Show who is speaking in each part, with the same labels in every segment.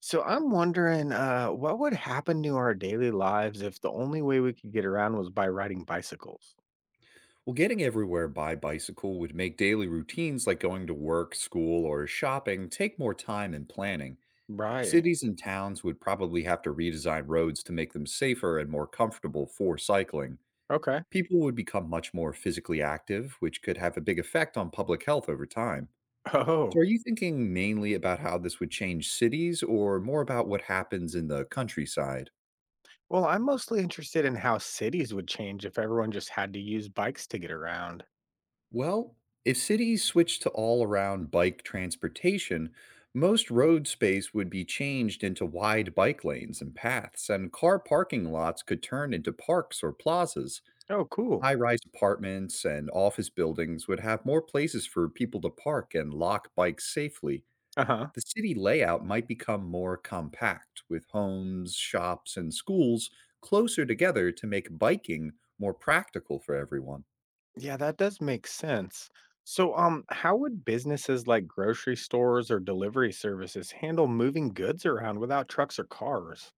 Speaker 1: So I'm wondering, what would happen to our daily lives if the only way we could get around was by riding bicycles?
Speaker 2: Well, getting everywhere by bicycle would make daily routines like going to work, school, or shopping take more time and planning.
Speaker 1: Right.
Speaker 2: Cities and towns would probably have to redesign roads to make them safer and more comfortable for cycling.
Speaker 1: Okay.
Speaker 2: People would become much more physically active, which could have a big effect on public health over time.
Speaker 1: Oh.
Speaker 2: So, are you thinking mainly about how this would change cities or more about what happens in the countryside?
Speaker 1: Well, I'm mostly interested in how cities would change if everyone just had to use bikes to get around.
Speaker 2: Well, if cities switched to all around bike transportation, most road space would be changed into wide bike lanes and paths, and car parking lots could turn into parks or plazas.
Speaker 1: Oh, cool.
Speaker 2: High rise apartments and office buildings would have more places for people to park and lock bikes safely.
Speaker 1: Uh-huh.
Speaker 2: The city layout might become more compact, with homes, shops, and schools closer together to make biking more practical for everyone.
Speaker 1: Yeah, that does make sense. So, how would businesses like grocery stores or delivery services handle moving goods around without trucks or cars?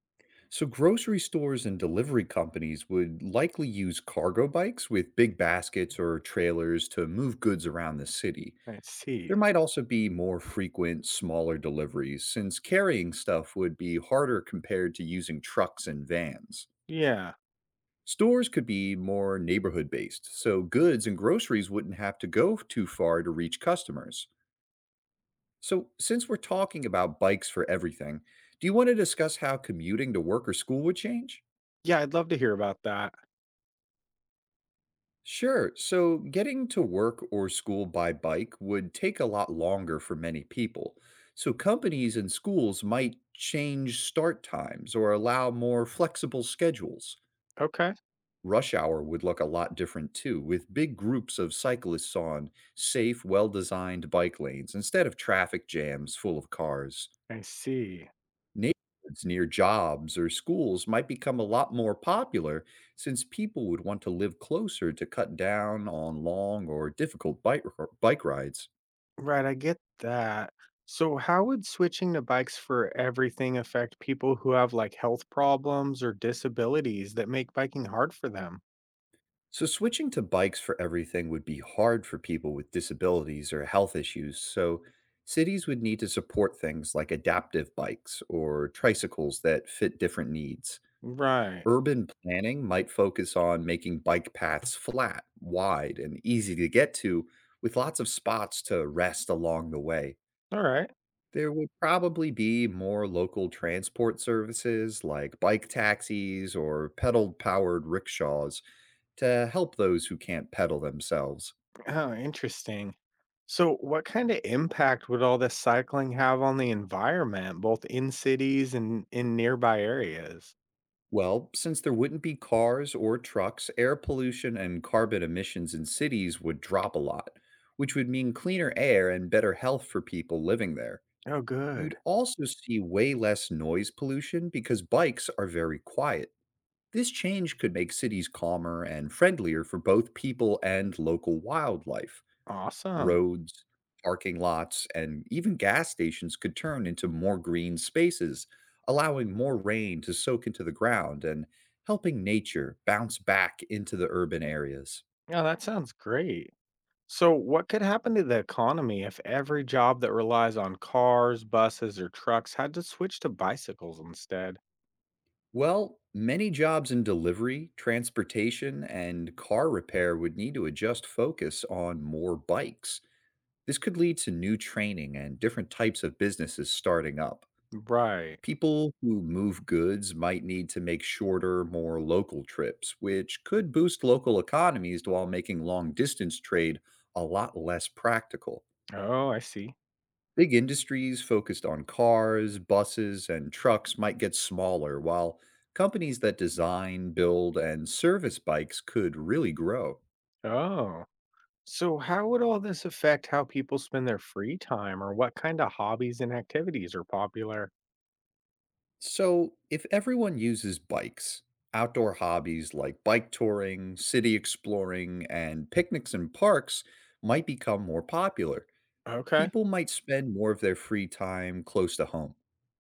Speaker 2: So, grocery stores and delivery companies would likely use cargo bikes with big baskets or trailers to move goods around the city.
Speaker 1: I see.
Speaker 2: There might also be more frequent, smaller deliveries, since carrying stuff would be harder compared to using trucks and vans.
Speaker 1: Yeah.
Speaker 2: Stores could be more neighborhood based, so goods and groceries wouldn't have to go too far to reach customers. So, since we're talking about bikes for everything, do you want to discuss how commuting to work or school would change?
Speaker 1: Yeah, I'd love to hear about that.
Speaker 2: Sure. So getting to work or school by bike would take a lot longer for many people. So companies and schools might change start times or allow more flexible schedules.
Speaker 1: Okay.
Speaker 2: Rush hour would look a lot different too, with big groups of cyclists on safe, well designed bike lanes instead of traffic jams full of cars.
Speaker 1: I see.
Speaker 2: Neighborhoods near jobs or schools might become a lot more popular since people would want to live closer to cut down on long or difficult bike rides.
Speaker 1: Right, I get that. So, how would switching to bikes for everything affect people who have like health problems or disabilities that make biking hard for them?
Speaker 2: So, switching to bikes for everything would be hard for people with disabilities or health issues. So, cities would need to support things like adaptive bikes or tricycles that fit different needs.
Speaker 1: Right.
Speaker 2: Urban planning might focus on making bike paths flat, wide, and easy to get to, with lots of spots to rest along the way.
Speaker 1: All right.
Speaker 2: There would probably be more local transport services like bike taxis or pedal powered rickshaws to help those who can't pedal themselves.
Speaker 1: Oh, interesting. So, what kind of impact would all this cycling have on the environment, both in cities and in nearby areas?
Speaker 2: Well, since there wouldn't be cars or trucks, air pollution and carbon emissions in cities would drop a lot, which would mean cleaner air and better health for people living there.
Speaker 1: Oh, good.
Speaker 2: You'd also see way less noise pollution because bikes are very quiet. This change could make cities calmer and friendlier for both people and local wildlife.
Speaker 1: Awesome.
Speaker 2: Roads, parking lots, and even gas stations could turn into more green spaces, allowing more rain to soak into the ground and helping nature bounce back into the urban areas.
Speaker 1: Yeah, that sounds great. So, what could happen to the economy if every job that relies on cars, buses, or trucks had to switch to bicycles instead?
Speaker 2: Well, many jobs in delivery, transportation, and car repair would need to adjust focus on more bikes. This could lead to new training and different types of businesses starting up.
Speaker 1: Right.
Speaker 2: People who move goods might need to make shorter, more local trips, which could boost local economies while making long distance trade a lot less practical.
Speaker 1: Oh, I see.
Speaker 2: Big industries focused on cars, buses, and trucks might get smaller, while companies that design, build, and service bikes could really grow.
Speaker 1: Oh. So, how would all this affect how people spend their free time or what kind of hobbies and activities are popular?
Speaker 2: So, if everyone uses bikes, outdoor hobbies like bike touring, city exploring, and picnics in parks might become more popular.
Speaker 1: Okay.
Speaker 2: People might spend more of their free time close to home,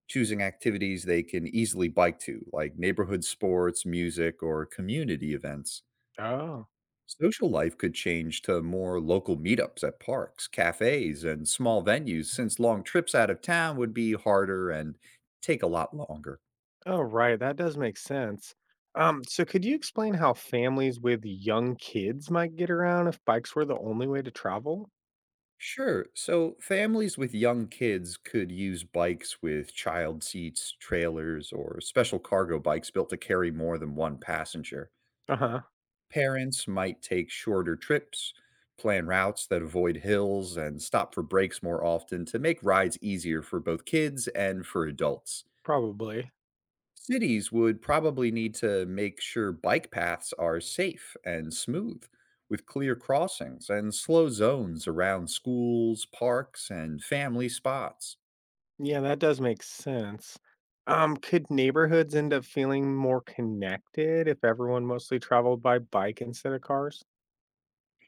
Speaker 2: choosing activities they can easily bike to, like neighborhood sports, music, or community events.
Speaker 1: Oh.
Speaker 2: Social life could change to more local meetups at parks, cafes, and small venues since long trips out of town would be harder and take a lot longer.
Speaker 1: Oh, right. That does make sense. So could you explain how families with young kids might get around if bikes were the only way to travel?
Speaker 2: Sure. So families with young kids could use bikes with child seats, trailers, or special cargo bikes built to carry more than one passenger.
Speaker 1: Uh-huh.
Speaker 2: Parents might take shorter trips, plan routes that avoid hills, and stop for breaks more often to make rides easier for both kids and for adults.
Speaker 1: Probably.
Speaker 2: Cities would probably need to make sure bike paths are safe and smooth, with clear crossings and slow zones around schools, parks, and family spots.
Speaker 1: Yeah, that does make sense. Could neighborhoods end up feeling more connected if everyone mostly traveled by bike instead of cars?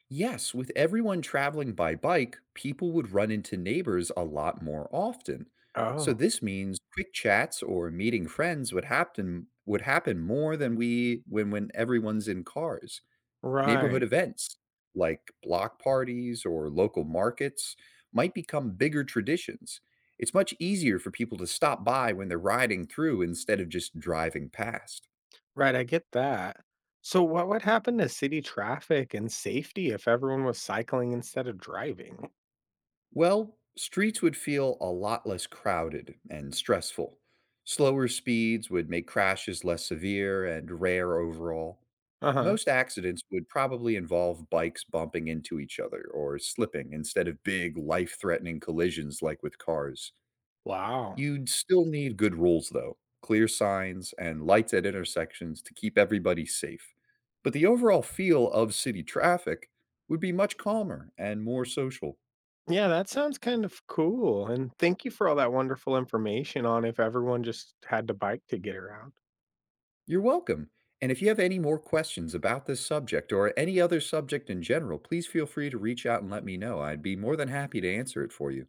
Speaker 2: Yes, with everyone traveling by bike, people would run into neighbors a lot more often. So
Speaker 1: Oh,
Speaker 2: this means quick chats or meeting friends would happen more than we when everyone's in cars. Neighborhood
Speaker 1: right.
Speaker 2: events like block parties or local markets might become bigger traditions. It's much easier for people to stop by when they're riding through instead of just driving past.
Speaker 1: Right, I get that. So what would happen to city traffic and safety if everyone was cycling instead of driving?
Speaker 2: Well, streets would feel a lot less crowded and stressful. Slower speeds would make crashes less severe and rare overall.
Speaker 1: Uh-huh.
Speaker 2: Most accidents would probably involve bikes bumping into each other or slipping instead of big life threatening collisions like with cars.
Speaker 1: Wow.
Speaker 2: You'd still need good rules, though, clear signs and lights at intersections to keep everybody safe. But the overall feel of city traffic would be much calmer and more social.
Speaker 1: Yeah, that sounds kind of cool. And thank you for all that wonderful information on if everyone just had to bike to get around.
Speaker 2: You're welcome. And if you have any more questions about this subject or any other subject in general, please feel free to reach out and let me know. I'd be more than happy to answer it for you.